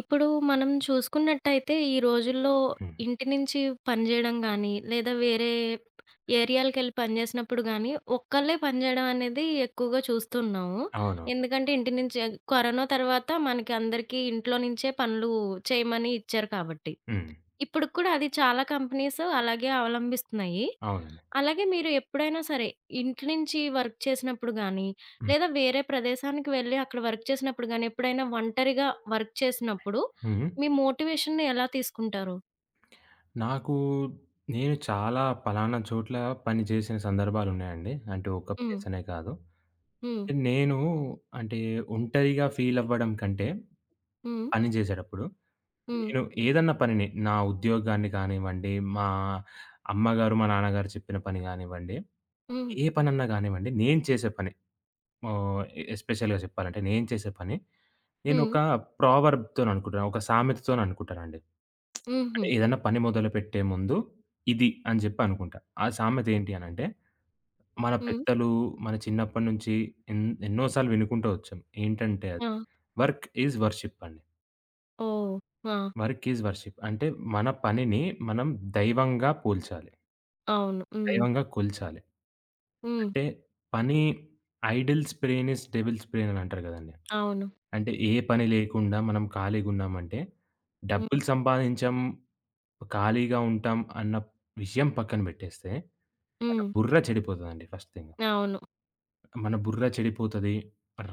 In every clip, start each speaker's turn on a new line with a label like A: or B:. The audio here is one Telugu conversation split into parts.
A: ఇప్పుడు మనం చూసుకున్నట్టయితే ఈ రోజుల్లో
B: హ్మ్.
A: ఇంటి నుంచి పనిజేయడం గానీ, లేదా వేరే ఏరియాలకెళ్ళి పనిజేసినప్పుడు గానీ, ఒక్కళ్ళే పనిజేయడం అనేది ఎక్కువగా చూస్తున్నాము.
B: అవును.
A: ఎందుకంటే ఇంటి నుంచే కరోనా తర్వాత మనకి అందరికీ ఇంట్లో నుంచే పనులు చేయమని ఇచ్చారు కాబట్టి.
B: హ్మ్.
A: ఇప్పుడు కూడా అది చాలా కంపెనీస్ అలాగే అవలంబిస్తున్నాయి.
B: అవునండి.
A: అలాగే మీరు ఎప్పుడైనా సరే ఇంటి నుంచి వర్క్ చేసినప్పుడు గానీ,
B: హ్మ్.
A: లేదా వేరే ప్రదేశానికి వెళ్ళి అక్కడ వర్క్ చేసినప్పుడు గానీ, ఎప్పుడైనా ఒంటరిగా వర్క్ చేసినప్పుడు
B: హ్మ్.
A: మీ మోటివేషన్‌ని ఎలా తీసుకుంటారు?
B: నాకు నేను చాలా పలానా చోట్ల పని చేసిన సందర్భాలున్నాయండి. అంటే ఒక
A: హ్మ్.
B: ప్లేస్ అనే కాదు.
A: హ్మ్.
B: నేను అంటే ఒంటరిగా ఫీల్ అవ్వడం కంటే
A: హ్మ్.
B: పని చేసేటప్పుడు
A: హ్మ్.
B: నేను ఏదన్నా పనిని నా ఉద్యోగాన్ని కానివ్వండి, మా అమ్మగారు, మా నాన్నగారు చెప్పిన పని గానివ్వండి,
A: హ్మ్.
B: ఏ పనన్నా గానివ్వండి, నేను చేసే పని ఆహ్, ఎస్పెషల్‌గా చెప్పాలంటే నేను చేసే పని
A: హ్మ్.
B: నేనొక ప్రావర్బ్‌తోననుకుంటాను. ఒక సామెతతోననుకుంటానండి.
A: హుహు.
B: ఏదన్నా పని మొదలుపెట్టే ముందు ఇది అని జెప్పి అనుకుంటా. ఆ సామెత ఏంటి అనంటే, మన
A: హ్మ్.
B: పెద్దలు మన చిన్నప్పటి నుంచి ఎన్ ఎన్నో సార్లు వినుకుంటూ వచ్చాం. ఏంటంటే
A: ఆ!
B: అది వర్క్ ఈజ్ వర్షిప్ అండి.
A: ఓహ్! ఆ!
B: Work is worship. అంటే మన పనిని మనం దైవంగా పోల్చాలి.
A: అవును. హ్మ్.
B: దైవంగా కొల్చాలి.
A: హ్మ్.
B: అంటే పని idle's brain is devil's brain అని అంటారు కదండీ.
A: అవును.
B: అంటే ఏ పని లేకుండా మనం ఖాళీగున్నామంటే,
A: హ్మ్.
B: డబ్బులు సంపాదించం, ఖాళీగా ఉంటాం అన్న విషయం పక్కన పెట్టేస్తే, మన
A: హ్మ్.
B: బుర్ర చెడిపోతదండి ఫస్ట్ థింగ్.
A: అవును.
B: మన బుర్ర చెడిపోతది.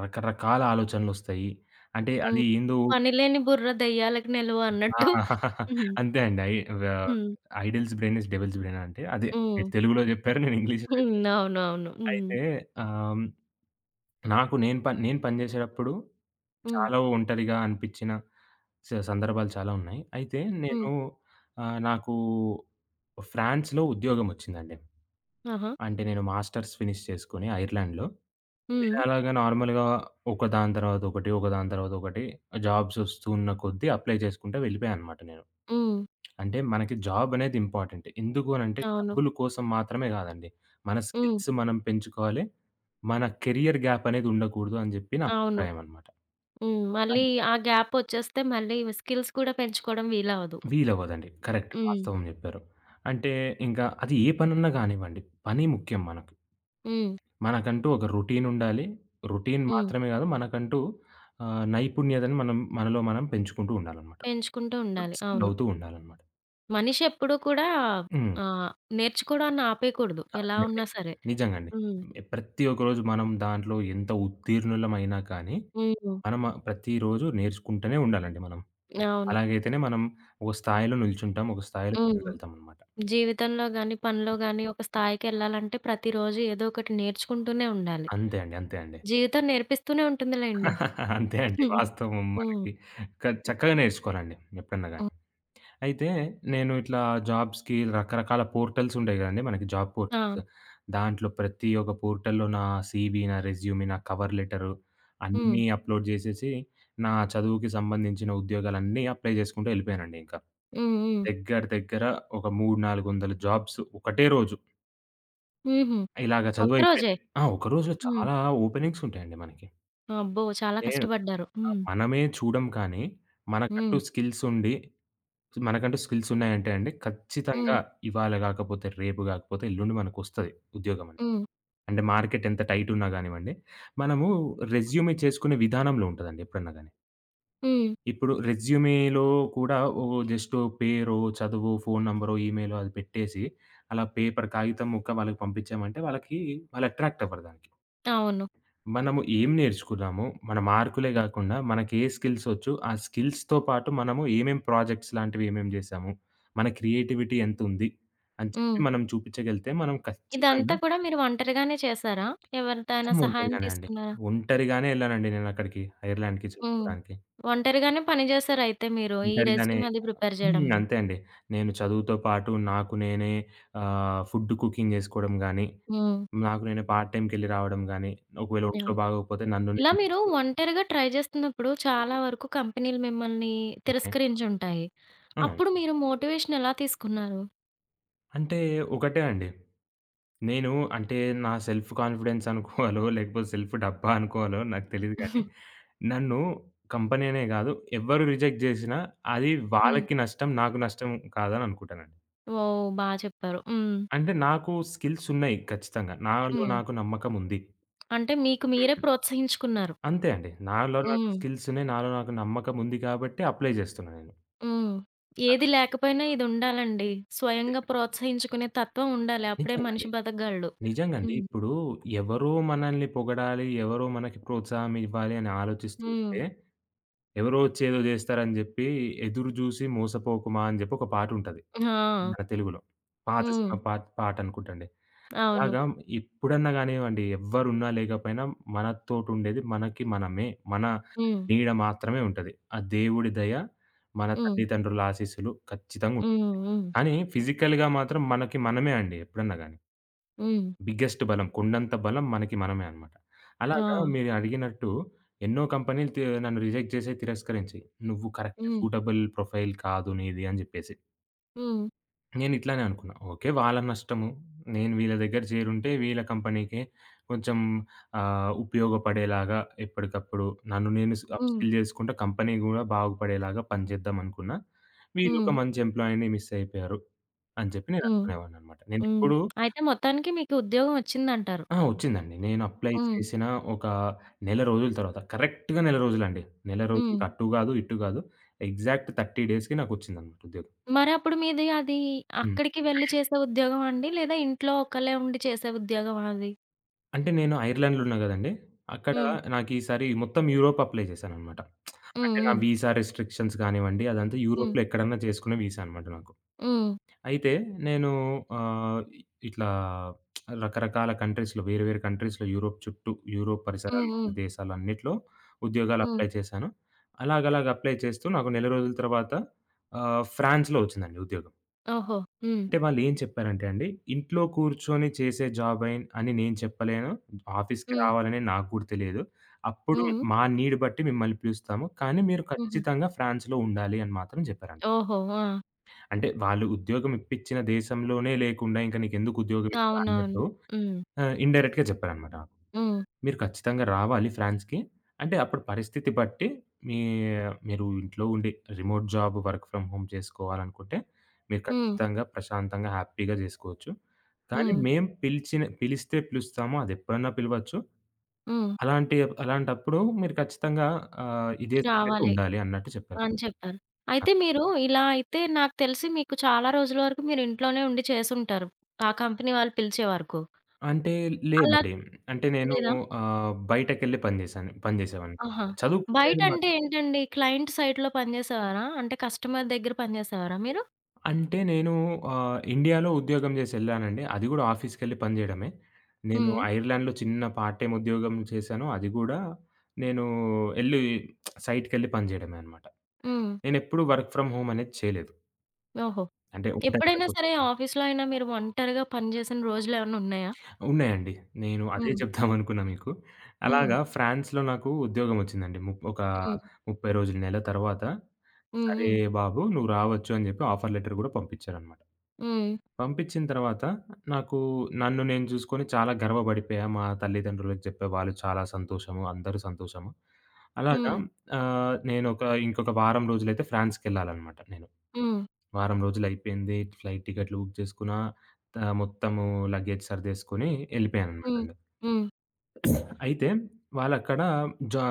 B: రకరకాల ఆలోచనలొస్తాయి. అంటే అది
A: హ్మ్.
B: ఏందో
A: పనిలేని బుర్ర దెయ్యాలకు నిలువ
B: ఆ!
A: అన్నట్టు. హ్మ్.
B: అంతే అండి. ఐ వ
A: హ్మ్.
B: Idle's brain is devil's brain అంటే అదే.
A: హ్మ్.
B: మీరు తెలుగులో చెప్పారు. నేను ఇంగ్లీష్‌లో
A: హ్మ్.
B: చెప్పాను.
A: అవునవును. హ్మ్.
B: అయితే ఆహ్ నాకు నేను పనిచేసేటప్పుడు
A: హ్మ్.
B: చాలా ఒంటరిగా అనిపిచ్చిన సందర్భాలు చాలా ఉన్నాయి. అయితే
A: హ్మ్.
B: నేను నాకు ఫ్రాన్స్‌లో ఉద్యోగమొచ్చిందండి.
A: ఆహా!
B: అంటే నేను మాస్టర్స్ ఫినిష్ చేసుకొని ఐర్లాండ్‌లో. నేను
A: హ్మ్.
B: అలాగా నార్మల్‌గా ఒకదాని తర్వాత ఒకటి, ఒకదాని తర్వాత ఒకటి జాబ్స్ వస్తూ ఉన్న కొద్దీ అప్లై చేసుకుంటా వెళ్ళిపోయాననమాట నేను.
A: హ్మ్.
B: అంటే మనకి జాబ్ అనేది ఇంపార్టెంట్. ఎందుకు అనంటే
A: అవును.
B: డబ్బులు కోసం మాత్రమే కాదండి. మన
A: హ్మ్.
B: స్కిల్స్ మనం పెంచుకోవాలి. మన కెరియర్ గ్యాప్ అనేది ఉండకూడదు అని చెప్పి నా
A: అవును.
B: అభిప్రాయం అన్నమాట.
A: హ్మ్. మళ్ళీ
B: అది.
A: ఆ గ్యాపొచ్చేస్తే మళ్ళీ స్కిల్స్ కూడా పెంచుకోవడం వీలవదు.
B: వీలవ్వదండి. కరెక్ట్.
A: హ్మ్.
B: వాస్తవం చెప్పారు. అంటే ఇంకా అది ఏ పనున్నా కానివ్వండి. పని ముఖ్యం మనకి.
A: హ్మ్.
B: మనకంటూ ఒక రొటీన్ ఉండాలి. రొటీన్
A: హ్మ్.
B: మాత్రమే కాదు మనకంటూ నైపుణ్యతను మనం మనలో మనం పెంచుకుంటూ ఉండాలన్నమాట.
A: పెంచుకుంటూ ఉండాలి.
B: స్కిల్
A: అవును.
B: అవుతూ ఉండాలన్నమాట.
A: మనిషి ఎప్పుడూ కూడా
B: హ్మ్.
A: ఆహ్, నేర్చుకోవడాన్ని ఆపేయకూడదు. ఎలా
B: సాధ్యమే.
A: ఉన్నా సరే.
B: నిజంగండి.
A: హ్మ్.
B: ప్రతి ఒక్కరోజు మనం దాంట్లో ఎంత ఉత్తీర్ణులమైనా కానీ,
A: హ్మ్.
B: మనం ప్రతిరోజు నేర్చుకుంటూనే ఉండాలండి మనం.
A: అవును.
B: అలాగైతేనే మనం ఒక స్థాయిలో నిల్చుంటాం. ఒక స్థాయిలో
A: హ్మ్.
B: ఎదగలుగుతామనమాట.
A: జీవితంలో గాని, పనిలో గాని ఒక స్థాయికెళ్ళాలంటే ప్రతిరోజు ఏదో ఒకటి నేర్చుకుంటూనే ఉండాలి.
B: అంతే అండి. అంతే అండి.
A: జీవితం నేర్పిస్తూనే ఉంటుందిలెండి.
B: అంతే అండి.
A: హ్మ్.
B: వాస్తవం
A: హ్మ్. హ్మ్.
B: మనకి చక్కగా నేర్చుకోవాలండి ఎప్పుడన్నా గాని.
A: హ్మ్.
B: అయితే నేను ఇట్లా జాబ్స్‌కి రకరకాల పోర్టల్స్ ఉంటాయి గదండీ మనకి జాబ్
A: ఆ!
B: పోర్టల్స్. దాంట్లో ప్రతి ఒక్క పోర్టల్‌లో నా సీవీ, నా రెజ్యూమ్, నా కవర్ లెటరు
A: హ్మ్.
B: అన్నీ అప్‌లోడ్ జేసేసి, నా చదువుకి సంబంధించిన ఉద్యోగాలన్నీ అప్లై జేసుకుంటూ ఎళ్ళిపోయానండి ఇంకా.
A: హ్మ్. హ్మ్.
B: దగ్గర దగ్గర ఒక 300, 400 జాబ్స్ ఒకటే రోజు.
A: హుహు.
B: ఇలాగ
A: ఒక్కరోజే.
B: చదువయిపోయింది. ఆ! ఒక రోజులో
A: హ్మ్.
B: చాలా ఓపెనింగ్స్ ఉంటాయండి మనకి.
A: అబ్బో! చాలా
B: ఏ
A: కష్టపడ్డారు. హ్మ్.
B: మనమే చూడం కానీ, మనకంటూ
A: హ్మ్.
B: స్కిల్స్ ఉండి, మనకంటూ స్కిల్స్ ఉన్నాయంటే అండి, ఖచ్చితంగా
A: హ్మ్.
B: ఇవాళ గాకపోతే, రేపు గాకపోతే ఎల్లుండి మనకొస్తది ఉద్యోగం అనేది.
A: హ్మ్.
B: అంటే మార్కెట్ ఎంత టైట్ ఉన్నా గానివ్వండి, మనము రెజ్యూమే చేసుకునే విధానంలో ఉంటదండి ఎప్పుడన్నా గాని.
A: హ్మ్.
B: ఇప్పుడు రెజ్యూమేలో కూడా ఓ జస్ట్ పేరో, చదువో, ఫోను నంబరో, ఈమెయిలో అది పెట్టేసి, అలా పేపర్, కాగితం ముక్క వాళ్ళకి పంపించామంటే వాళ్ళకి వాళ్ళు అట్రాక్ట్ అవ్వరు దానికి.
A: అవును.
B: మనము ఏం నేర్చుకున్నాము? మన మార్కులే గాకుండా, మనకే స్కిల్సొచ్చు, ఆ స్కిల్స్‌తో పాటు మనము ఏమేం ప్రాజెక్ట్స్ లాంటివి ఏమేం జేశాము? మన క్రియేటివిటీ ఎంతుంది? అని చెప్పి
A: హ్మ్.
B: మనం చూపిచ్చగలిగితే, మనం
A: ఇదంతా
B: ఖచ్చితంగా
A: కూడా మీరు ఒంటరిగానే చేసారా?
B: మొత్తం
A: ఎవరిదైనా సహాయం
B: ఒంటరిగానే అండి.
A: తీసుకున్నారా?
B: ఒంటరిగానే ఎళ్ళానండి నేనక్కడికి ఐర్లాండ్‌కి
A: హ్మ్.
B: చదువుకోడానికి.
A: ఒంటరిగానే పని చేసారయితే మీరు ఈ
B: ఒంటరిగానే
A: రెజ్యూమ్ అది ప్రిపేర్
B: హ్మ్.
A: చేయడంలో.
B: అంతే అండి. నేను చదువుతో పాటు నాకు నేనే ఫుడ్ కుకింగ్ జేసుకోవడం గానీ,
A: హ్మ్.
B: నాకు నేనే పార్ట్ టైమ్‌కెళ్ళి రావడం గానీ, ఒకవేళ
A: యాహ్!
B: ఒంట్లో బాగోకపోతే నన్ను
A: ఇలా
B: నేను
A: మీరు
B: చూసుకోవడం
A: ఒంటరిగా ట్రై చేస్తున్నప్పుడు చాలా వరకు కంపెనీలు మిమ్మల్ని
B: ఓకే.
A: తిరస్కరించుంటాయి.
B: ఆ!
A: అప్పుడు మీరు మోటివేషన్ ఎలా తీసుకున్నారు?
B: అంటే ఒకటే అండి. నేను అంటే నా సెల్ఫ్ కాన్ఫిడెన్స్ అనుకోవాలో, లేకపోతే సెల్ఫ్ డబ్బా అనుకోవాలో నాకు తెలీదు గానీ, నన్ను కంపెనీ అనే గాదు, ఎవ్వరు రిజెక్ట్ జేసినా అది
A: హ్మ్.
B: వాళ్ళకి నష్టం, నాకు నష్టం కాదని అనుకుంటానండి.
A: ఓహ్! బా చెప్పారు. హ్మ్.
B: అంటే నాకు స్కిల్స్ ఉన్నాయి ఖచ్చితంగా. నాలో
A: హ్మ్.
B: నాకు నమ్మకం ఉంది.
A: అంటే మీకు మీరే
B: హుహు.
A: ప్రోత్సహించుకున్నారు.
B: అంతే అండి. నాలో నాకు
A: హ్మ్.
B: స్కిల్స్ ఉన్నాయి. నాలో నాకు నమ్మకం ఉంది కాబట్టి అప్లై జేస్తున్నా నేను.
A: హ్మ్. ఏది లేకపోయినా ఇది ఉండాలండి.
B: తే
A: స్వయంగా ప్రోత్సహించుకునే తత్వం ఉండాలి. అప్పుడే
B: నిజంగండి.
A: మనిషి బతకగలడు.
B: నిజంగండి.
A: హ్మ్.
B: ఇప్పుడు ఎవరో మనల్ని పొగడాలి, ఎవరో మనకి ప్రోత్సాహం ఇవ్వాలి అని ఆలోచిస్తూ
A: హ్మ్.
B: ఉంటే ఎవరో వచ్చి ఏదో జేస్తారని జెప్పి, 'ఎదురు జూసి మోసపోకుమా' అని జెప్పి ఒక పాటుంటది. హ్మ్.
A: ఆ!
B: మన తెలుగులో. పాత
A: హ్మ్.
B: సినిమా పాటనుకుంటండి.
A: అవును.
B: ఇలాగా ఇప్పుడన్నా గానివ్వండి, ఎవ్వరున్నా లేకపోయినా మనతోటుండేది మనకి మనమే. మన
A: హ్మ్.
B: నీడ మాత్రమే ఉంటది. ఆ దేవుడి దయ, మన
A: హ్మ్.
B: తల్లిదండ్రుల ఆశీస్సులు ఖచ్చితంగుంటాయి.
A: హ్మ్. హ్మ్.
B: కానీ ఫిజికల్‌గా మాత్రం మనకి మనమే అండి ఎప్పుడన్నా గాని.
A: హ్మ్.
B: బిగ్గెస్ట్ బలం. కొండంత బలం మనకి మనమే అనమాట.
A: ఆ!
B: అలాగా మీరు అడిగినట్టు ఎన్నో కంపెనీలు నన్ను రిజెక్ట్ చేసాయి, తిరస్కరించాయి. "నువ్వు కరెక్ట్
A: హ్మ్.
B: సూటబుల్ ప్రొఫైల్ కాదు నీది" అని జెప్పేసి.
A: హ్మ్.
B: నేను ఇట్లానే అనుకున్నా. ఓకే. వాళ్ళ నష్టము. నేను వీళ్ళ దగ్గర చేరుంటే వీళ్ళ కంపెనీకే కొంచెం ఉపయోగపడేలాగా ఎప్పటికప్పుడు నన్ను నేను అప్
A: హ్మ్.
B: స్కిల్ జేసుకుంటా కంపెనీ గూడా బాగుపడేలాగా పనిచేద్దాం అనుకున్నా. వీళ్ళొక
A: హ్మ్.
B: మంచి ఎంప్లాయీని మిస్ అయిపోయారు అని చెప్పి నేను
A: హ్మ్.
B: అనుకునేవాడిననమాట.
A: హ్మ్.
B: నేనెప్పుడూ
A: అయితే మొత్తానికి మీకు ఉద్యోగం వచ్చిందంటారు.
B: ఆ! వచ్చిందండి. నేను అప్లై
A: హ్మ్.
B: చేసిన ఒక నెల రోజుల తర్వాత కరెక్ట్‌గా నెల రోజులండి. నెల
A: హ్మ్.
B: రోజులకి అటు గాదు, ఇటు గాదు. ఎగ్జాక్ట్ 30 డేస్‌కి నాకొచ్చిందన్నమాట ఉద్యోగం.
A: మరప్పుడు మీది అది
B: హ్మ్.
A: అక్కడికి వెళ్లి చేసే ఉద్యోగమా అండి? లేదా ఇంట్లో ఒక్కళ్ళే ఉండి చేసే ఉద్యోగమా అది?
B: అంటే నేను ఐర్లాండ్‌లో ఉన్నా గదండీ! అక్కడ
A: హ్మ్.
B: నాకీసారి మొత్తం యూరోప్ అప్లై చేశానన్నమాట.
A: హ్మ్.
B: అంటే నా
A: హ్మ్.
B: వీసా రిస్ట్రిక్షన్స్ గానివ్వండి, అదంతా
A: హ్మ్.
B: యూరోప్‌లో ఎక్కడన్నా చేసుకునే వీసా అన్నమాట నాకు.
A: హ్మ్.
B: అయితే నేను ఆహ్, ఇట్లా రకరకాల కంట్రీస్‌లో వేరే వేరే కంట్రీస్‌లో యూరోప్ చుట్టూ, యూరోప్
A: హ్మ్.
B: పరిసరాల్లో ఉన్న
A: హ్మ్.
B: దేశాలన్నిట్లో ఉద్యోగాలు
A: హ్మ్.
B: అప్లై చేశాను. అలాగలాగ అప్లై చేస్తూ నాకు నెల రోజుల తర్వాత ఫ్రాన్స్‌లో వచ్చిందండి ఉద్యోగం.
A: ఓహో! హ్మ్.
B: అంటే వాళ్ళేం చెప్పారంటే అండి, ఇంట్లో కూర్చొని చేసే జాబ్ అయి అని నేను చెప్పలేను. ఆఫీస్‌కి
A: హ్మ్.
B: రావాలని నాకు కూడా తెలియదు. అప్పుడు
A: హ్మ్.
B: మా నీడ్ బట్టి మిమ్మల్ని పిలుస్తాము. కానీ మీరు
A: హుహు.
B: ఖచ్చితంగా ఫ్రాన్స్‌లో ఉండాలి అని మాత్రం చెప్పారండి.
A: ఓహో! ఆ!
B: అంటే వాళ్ళు ఉద్యోగం ఇప్పించిన దేశంలోనే లేకుండా ఇంక నీకెందుకు ఉద్యోగం ఇస్తా
A: అవునవును.
B: అన్నట్టు
A: హ్మ్.
B: ఇండైరెక్ట్‌గా చెప్పారనమాట నాకు.
A: హ్మ్.
B: మీరు ఖచ్చితంగా రావాలి ఫ్రాన్స్‌కి. అంటే అప్పుడు పరిస్థితి బట్టి మీ మీరు ఇంట్లో ఉండి remote job work from home చేసుకోవాలనుకుంటే మీరు
A: హ్మ్.
B: ఖచ్చితంగా ప్రశాంతంగా హ్యాపీగా జేసుకోవచ్చు. కానీ
A: హ్మ్.
B: మేము పిలిస్తే పిలుస్తాము అదెప్పుడన్నా పిలవచ్చు.
A: హ్మ్.
B: అలాంటి అలాంటప్పుడు మీరు ఖచ్చితంగా ఇదే
A: రావాలి
B: ఉండాలి అన్నట్టు చెప్పారు.
A: అని చెప్పారు. అయితే మీరు ఇలా అయితే నాకు తెలిసి మీకు చాలా రోజుల వరకు మీరు ఇంట్లోనే ఉండి చేసుంటారు. ఆ కంపెనీ వాళ్ళు పిలిచే వరకు.
B: అంటే
A: అలా
B: లేదండి. అంటే నేను
A: లేదా?
B: బయటకెళ్ళి పని చేసేవాడిని.
A: ఆహా!
B: చదువుకునేది
A: బయటంటే
B: మాత్రం
A: ఏంటండి? క్లయింట్ సైట్‌లో పనిజేసేవారా? అంటే కస్టమర్ దగ్గర పనిజేసేవారా మీరు?
B: అంటే నేను ఇండియాలో ఉద్యోగం చేసి ఎళ్ళానండి. అది కూడా ఆఫీస్‌కెళ్ళి పని చేయడమే. నేను
A: హ్మ్.
B: ఐర్లాండ్‌లో చిన్న పార్ట్ టైమ్ ఉద్యోగం చేశాను. అది కూడా నేను ఎళ్ళి సైట్‌కెళ్ళి పని చేయడమే అనమాట.
A: హ్మ్.
B: నేనెప్పుడు వర్క్ ఫ్రమ్ హోమ్ అనేది చేయలేదు.
A: ఓహో!
B: అంటే ఉంటాను
A: ఎప్పుడైనా
B: కదా!
A: సరే ఆఫీస్‌లో అయినా మీరు ఒంటరిగా పనిజేసిన రోజులేమన్నా ఉన్నాయా?
B: ఉన్నాయండి. నేను అదే
A: హ్మ్.
B: చెప్దామనుకున్నా మీకు.
A: హ్మ్.
B: అలాగా ఫ్రాన్స్‌లో నాకు ఉద్యోగమొచ్చిందండి. ముప్ ఒక
A: హ్మ్.
B: 30 రోజులు, నెల తర్వాత,
A: హ్మ్.
B: "సరే
A: హ్మ్.
B: బాబు నువ్వు రావచ్చు" అని జెప్పి ఆఫర్ లెటర్ గూడా పంపిచ్చారనమాట.
A: హ్మ్.
B: పంపిచ్చిన తర్వాత నాకు నన్ను నేను చూసుకొని చాలా గర్వపడిపోయా. మా తల్లిదండ్రులకు చెప్పా. వాళ్ళు చాలా సంతోషము, అందరూ సంతోషము. అలాగా
A: హ్మ్.
B: నేనొక ఇంకొక వారం రోజులైతే ఫ్రాన్స్‌కెళ్ళాలనమాట నేను.
A: హ్మ్.
B: వారం రోజులయిపోయింది. ఫ్లైట్ టికెట్లు బుక్ చేసుకున్నా. మొత్తము లగేజ్ సర్దేసుకొని
A: హ్మ్.
B: ఎళ్ళిపోయాననమాట.
A: హ్మ్.
B: అయితే వాళ్ళక్కడ జా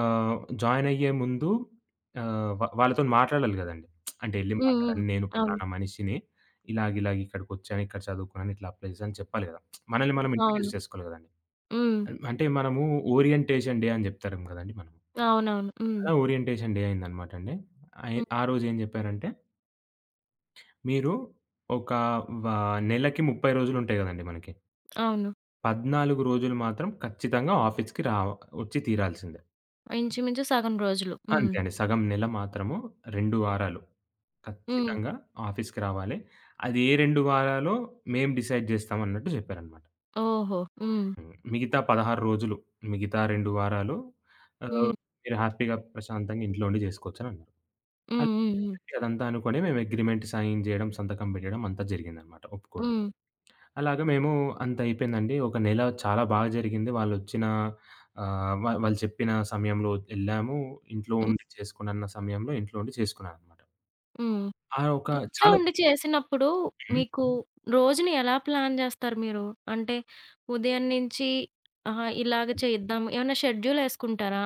B: జాయిన్ అయ్యే ముందు ఆహ్, వా వాళ్ళతోని మాట్లాడాలి గదండీ. అంటే ఎళ్లి
A: హ్మ్. హ్మ్.
B: మాట్లాడాలి. నేను
A: అవును.
B: ఫలానా మనిషిని ఇలాగ, ఇలాగ ఇక్కడికొచ్చాను, ఇక్కడ చదువుకున్నాను, ఇట్లా అప్లై చేశాను చెప్పాలి గదా! మనల్ని మనం ఇంట్రొడ్యూస్
A: అవును.
B: చేసుకోవాలి గదండీ.
A: హ్మ్.
B: అంటే మనము ఓరియంటేషన్ డే అని జెప్తారేమో గదండీ మనం.
A: అవునవును. హ్మ్.
B: అలా ఓరియంటేషన్ డే అయిందనమాట అండి. అయి
A: హ్మ్.
B: ఆ రోజు ఏం జెప్పారంటే, మీరు ఒక వ నెలకి 30 రోజులుంటాయి గదండీ మనకి.
A: అవును.
B: 14 రోజులు మాత్రం ఖచ్చితంగా ఆఫీస్‌కి వచ్చి తీరాల్సిందే.
A: ఇంచుమించు సగం రోజులు. హ్మ్.
B: అంతే అండి. సగం నెల మాత్రము 2 వారాలు
A: హ్మ్.
B: ఖచ్చితంగా ఆఫీస్‌కి రావాలి. అది ఏ 2 వారాలో మేము డిసైడ్ జేస్తాం అన్నట్టు జెప్పారనమాట.
A: ఓహో! హ్మ్.
B: హ్మ్. మిగతా 16 రోజులు, మిగతా 2 వారాలు ఆహ్,
A: హ్మ్.
B: మీరు హ్యాపీగా ప్రశాంతంగా ఇంట్లో ఉండి జేసుకోవచ్చనన్నారు. అలా
A: హ్మ్. హ్మ్. హ్మ్.
B: చెప్పి అదంతా అనుకోని మేము అగ్రీమెంట్ సైన్ జేయడం, సంతకం బెట్టడం అంతా జరిగిందనమాట ఒప్పుకోవడం.
A: హ్మ్.
B: అలాగా మేము అంత అయిపోయిందండి. ఒక నెల చాలా బాగా జరిగింది. వాళ్ళొచ్చిన ఆహ్, వా వాళ్ళు చెప్పిన సమయంలో ఎళ్ళాము. ఇంట్లో
A: హ్మ్.
B: ఉండి చేసుకునన్న సమయంలో ఇంట్లో ఉండి చేసుకున్నాననమాట.
A: హ్మ్.
B: ఆ! ఒక
A: ఇంట్లో
B: చాలా
A: ఉండి చేసినప్పుడు
B: హ్మ్.
A: మీకు రోజుని ఎలా ప్లాన్ జేస్తారు మీరు? అంటే ఉదయం నుంచి ఆహా! ఇలాగ చేద్దాం ఏమన్నా షెడ్యూల్ యేసుకుంటారా?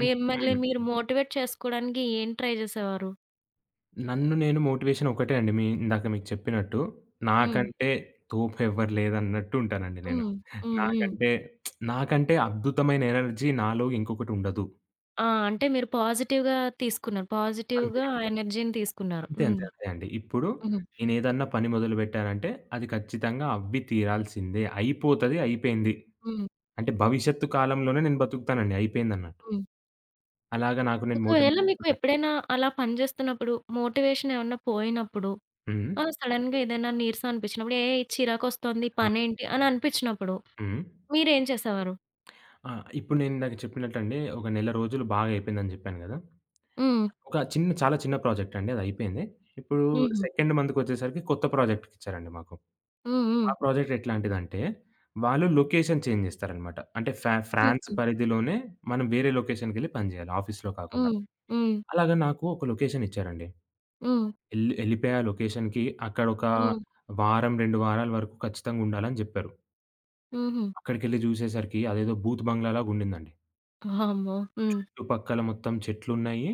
B: అన్
A: మిమ్మల్ని
B: హ్మ్.
A: మీరు మోటివేట్ చేసుకోవడానికి ఏం ట్రై జేసేవారు?
B: నన్ను నేను మోటివేషన్ ఒకటే అండి. మీ ఇందాక మీకు చెప్పినట్టు.
A: హ్మ్.
B: నాకంటే తోపెవ్వరు లేదన్నట్టు ఉంటానండి నేను.
A: హ్మ్. హ్మ్. హ్మ్.
B: నాకంటే నాకంటే అద్భుతమైన ఎనర్జీ నాలో ఇంకొకటి ఉండదు.
A: ఆ! అంటే మీరు పాజిటివ్‌గా తీసుకున్నారు.
B: అంతే.
A: పాజిటివ్‌గా ఆ ఎనర్జీని తీసుకున్నారు.
B: అంతే. అంతే.
A: హ్మ్.
B: అంతే అండి. ఇప్పుడు
A: హ్మ్.
B: నేనేదన్నా పని మొదలుపెట్టానంటే అది ఖచ్చితంగా అవ్వి తీరాల్సిందే. అయిపోతది. అయిపోయింది.
A: హ్మ్.
B: అంటే భవిష్యత్తు కాలంలోనే నేను బతుకుతానండి. అయిపోయిందన్నట్టు.
A: హ్మ్.
B: అలాగా నాకు నేను
A: ఒకవేళ
B: మోటివేట్
A: మీకు
B: ఉంటాను.
A: ఎప్పుడైనా అలా పని జేస్తున్నప్పుడు మోటివేషన్ ఏమన్నా పోయినప్పుడు
B: హ్మ్.
A: ఆ! సడెన్‌గా ఏదైనా నీరసం అనిపించినప్పుడు, "ఏయ్! చిరాకొస్తోంది
B: ఆ!
A: పనేంటి" అని అనిపించినప్పుడు
B: హ్మ్.
A: మీరేం చేసేవారు?
B: ఆ! ఇప్పుడు నేనిందాక చెప్పినట్టండి ఒక నెల రోజులు బాగా అయిపోయిందని జెప్పాను గదా!
A: హ్మ్.
B: ఒక చిన్న చాలా చిన్న ప్రాజెక్ట్ అండి అదయిపోయింది. ఇప్పుడు
A: హుహు.
B: సెకండ్ మంత్‌కొచ్చేసరికి కొత్త ప్రాజెక్ట్‌కిచ్చారండి మాకు.
A: హ్మ్. హ్మ్.
B: ఆ ప్రాజెక్ట్ ఎట్లాంటిదంటే, వాళ్ళు లొకేషన్ చేంజ్ జేస్తారనమాట. అంటే ఫ్రాన్స్
A: హుహు.
B: పరిధిలోనే మనం వేరే లొకేషన్‌కెళ్ళి పని జేయాలి ఆఫీస్‌లో కాకుండా.
A: హ్మ్. హ్మ్.
B: అలాగా నాకు ఒక లొకేషన్ ఇచ్చారండి.
A: హ్మ్.
B: ఎళ్ళిపోయి ఆ లొకేషన్‌కి అక్కడొక
A: హ్మ్.
B: వారం, 2 వారాల వరకు ఖచ్చితంగుండాలని జెప్పారు.
A: హుహు.
B: అక్కడికెళ్ళి జూసేసరికి అదేదో భూత్ బంగ్లాలాగుండిందండి.
A: వామ్మో! హ్మ్.
B: చుట్టుపక్కల మొత్తం చెట్లున్నాయి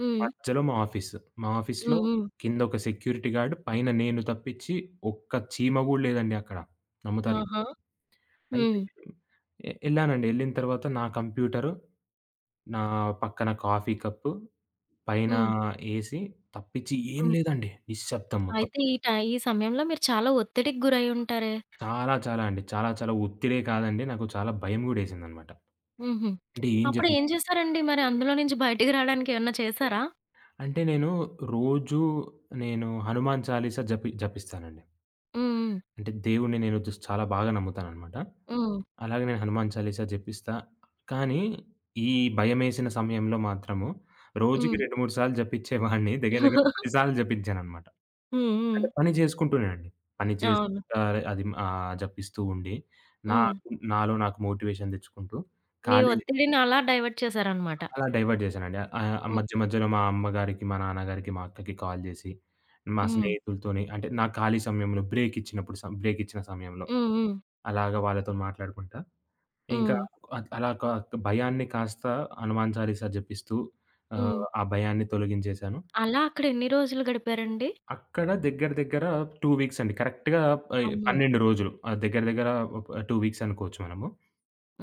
A: హ్మ్.
B: మధ్యలో మా ఆఫీస్. మా ఆఫీస్‌లో
A: హ్మ్. హ్మ్.
B: కిందొక సెక్యూరిటీ గార్డ్, పైన నేను తప్పించి ఒక్క చీమ గూడా లేదండి అక్కడ. నమ్ముతారో
A: ఆహా!
B: లేదో. అయితే
A: హ్మ్.
B: ఎళ్ళానండి. ఎళ్ళిన తర్వాత నా కంప్యూటరు, నా పక్కన కాఫీ కప్పు, పైన
A: హ్మ్.
B: ఏసి తప్పించి ఏం
A: హ్మ్.
B: లేదండి. నిశ్శబ్దం మొత్తం.
A: అయితే ఈ సమయంలో మీరు చాలా ఒత్తిడికి గురై ఉంటారే!
B: చాలా చాలా అండి. చాలా చాలా ఒత్తిడే కాదండి. నాకు చాలా భయం గూడా ఏసిందనమాట.
A: హుహు.
B: అంటే ఏం
A: అప్పుడు
B: జరుగుతుంది
A: ఏం చేశారండి మరి అందులో నుంచి బయటికి రావడానికి ఏమన్నా చేశారా?
B: అంటే నేను రోజు నేను హనుమాన్ చాలీసా జపిస్తానండి.
A: హ్మ్.
B: అంటే దేవుడిని నేను జస్ట్ చాలా బాగా నమ్ముతాననమాట.
A: హ్మ్.
B: అలాగే నేను హనుమాన్ చాలీసా జపిస్తా. కానీ, ఈ భయమేసిన సమయంలో మాత్రము
A: హ్మ్.
B: రోజుకి
A: హ్మ్.
B: 2, 3 సార్లు జపించేవాడిని. దగ్గర దగ్గర 10 సార్లు జపించాననమాట.
A: హ్మ్. హ్మ్.
B: అంటే పని చేసుకుంటూనే అండి. పని
A: అవును.
B: చేసుకుంటా అది జపిస్తూ ఉండి,
A: హ్మ్.
B: నాకు నాలో నాకు మోటివేషన్ తెచ్చుకుంటూ
A: మీ
B: ఖాళీ
A: ఒత్తిడిని అలా డైవర్ట్ చేశారనమాట.
B: అలా డైవర్ట్ చేశానండి.
A: హ్మ్.
B: మధ్య మధ్యలో మా అమ్మగారికి, మా నాన్నగారికి, మా అక్కకి కాల్ జేసి, మా
A: హ్మ్.
B: స్నేహితులతోని అంటే, నా ఖాళీ సమయంలో బ్రేక్ ఇచ్చినప్పుడు బ్రేక్ ఇచ్చిన సమయంలో
A: హ్మ్. హ్మ్.
B: అలాగా వాళ్ళతో మాట్లాడుకుంటా ఇంకా
A: హ్మ్.
B: అద్ అలా క భయాన్ని కాస్త హనుమాన్ చాలీసా జపిస్తూ
A: హ్మ్.
B: ఆ భయాన్ని తొలగించేశాను.
A: అలా అక్కడ ఎన్ని రోజులు గడిపారండి?
B: అక్కడ దగ్గర దగ్గర 2 వీక్స్ అండి. కరెక్ట్‌గా
A: అమ్మో!
B: 12 రోజులు. దగ్గర దగ్గర 2 వీక్స్ అనుకోవచ్చు మనము.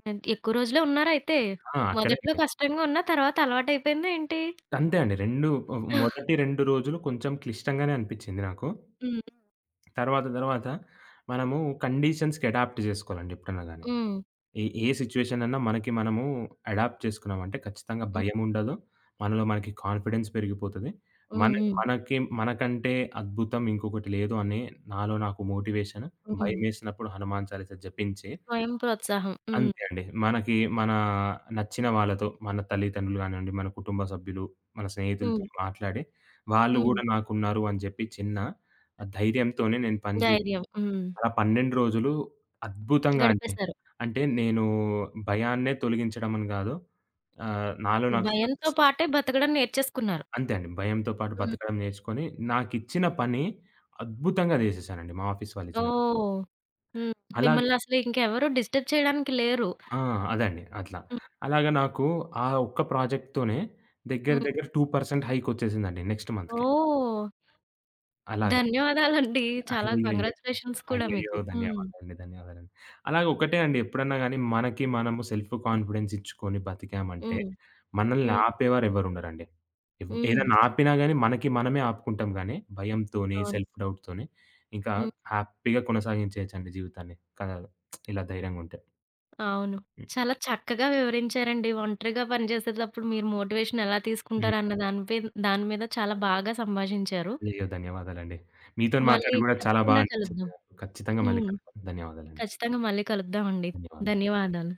A: ఎక్కువ రోజులే ఉన్నారైతే.
B: ఆ! అక్కడే
A: మొదట్లో
B: అండి.
A: కష్టంగా ఉన్నా తర్వాత అలవాటయిపోయిందా ఏంటి?
B: అంతే అండి. మొదటి 2 రోజులు కొంచెం క్లిష్టంగానే అనిపిచ్చింది నాకు.
A: హ్మ్.
B: తర్వాత తర్వాత మనము కండీషన్స్‌కి అడాప్ట్ జేసుకోవాలండి ఎప్పుడన్నా గాని.
A: హ్మ్.
B: ఏ ఏ సిచ్యుయేషన్ అన్నా మనకి మనము అడాప్ట్ చేసుకున్నామంటే ఖచ్చితంగా
A: హ్మ్.
B: భయముండదు. మనలో మనకి కాన్ఫిడెన్స్ పెరిగిపోతది.
A: హ్మ్.
B: మన
A: హ్మ్.
B: మనకి మనకంటే అద్భుతం ఇంకొకటి లేదు అని నాలో నాకు మోటివేషన్.
A: హ్మ్.
B: భయమేసినప్పుడు హనుమాన్ చాలీసా జపించి
A: స్వయం ప్రోత్సాహం. హ్మ్.
B: అంతే అండి. మనకి మన నచ్చిన వాళ్ళతో మన తల్లిదండ్రులు గానివ్వండి, మన కుటుంబ సభ్యులు, మన స్నేహితులతో
A: హ్మ్.
B: మాట్లాడి, వాళ్ళు
A: హ్మ్.
B: గూడా నాకున్నారు అని జెప్పి చిన్న ధైర్యంతోనే నేను పని జే
A: ధైర్యం. హ్మ్.
B: అలా 12 రోజులు అద్భుతంగా అండి.
A: గడిపేశారు.
B: అంటే నేను భయాన్నే తొలగించడం అని గాదు. ఆహ్, నాలో నాకు
A: భయంతో
B: సక్సెస్
A: పాటే బతకడం నేర్చేసుకున్నారు.
B: అంతే అండి. భయంతో పాటు
A: హ్మ్.
B: బతకడం నేర్చుకొని నాకిచ్చిన పని అద్భుతంగా చేసేసానండి మా ఆఫీస్ వాళ్ళు ఇచ్చిన
A: ఓహ్! హ్మ్.
B: అలాగ
A: మిమ్మల్ని అసలు ఇంకెవరు డిస్టర్బ్ చేయడానికి లేరు.
B: ఆ! అదండి అట్లా.
A: హ్మ్.
B: అలాగా నాకు ఆ ఒక్క ప్రాజెక్ట్‌తోనే దగ్గర
A: హ్మ్.
B: దగ్గర 2% హైక్ వచ్చేసిందండి నెక్స్ట్ మంత్‌కే.
A: ఓహ్!
B: అలాగా.
A: ధన్యవాదాలండి. చాలా
B: అయ్యయ్యో!
A: కంగ్రాచ్యులేషన్స్ కూడా
B: అయ్యయ్యో!
A: మీకు. హ్మ్.
B: ధన్యవాదాలండి. ధన్యవాదాలండి. అలాగే ఒకటే అండి ఎప్పుడన్నా గాని మనకి మనము సెల్ఫ్ కాన్ఫిడెన్స్ ఇచ్చుకొని బతికామంటే,
A: హ్మ్.
B: మనల్ని
A: హ్మ్.
B: ఆపేవారు ఎవ్వరుండరండి.
A: హ్మ్.
B: ఏదైనా ఆపినా గాని మనకి మనమే ఆపుకుంటాం గానీ, భయంతోని,
A: అవును.
B: సెల్ఫ్ డౌట్‌తోని ఇంకా
A: హ్మ్.
B: హ్యాపీగా కొనసాగించేయొచ్చండి జీవితాన్ని. కదా! ఇలా ధైర్యంగుంటే.
A: అవును.
B: హ్మ్.
A: చాలా చక్కగా వివరించారండి. ఒంటరిగా పని చేసేటప్పుడు మీరు మోటివేషన్ ఎలా
B: హ్మ్.
A: తీసుకుంటారన్న దాని మీద చాలా బాగా సంభాషించారు.
B: అయ్యో! ధన్యవాదాలండి. మీతోని
A: మళ్ళీ
B: మాట్లాడి గూడా చాలా బా
A: తప్పకుండా
B: అనిపించింది
A: కలుద్దాం.
B: నాకు. ఖచ్చితంగా మళ్ళీ
A: హ్మ్.
B: కలుద్దాం. ధన్యవాదాలండి.
A: ఖచ్చితంగా మళ్ళీ కలుద్దామండి.
B: ధన్యవాదాలు.
A: ధన్యవాదాలు.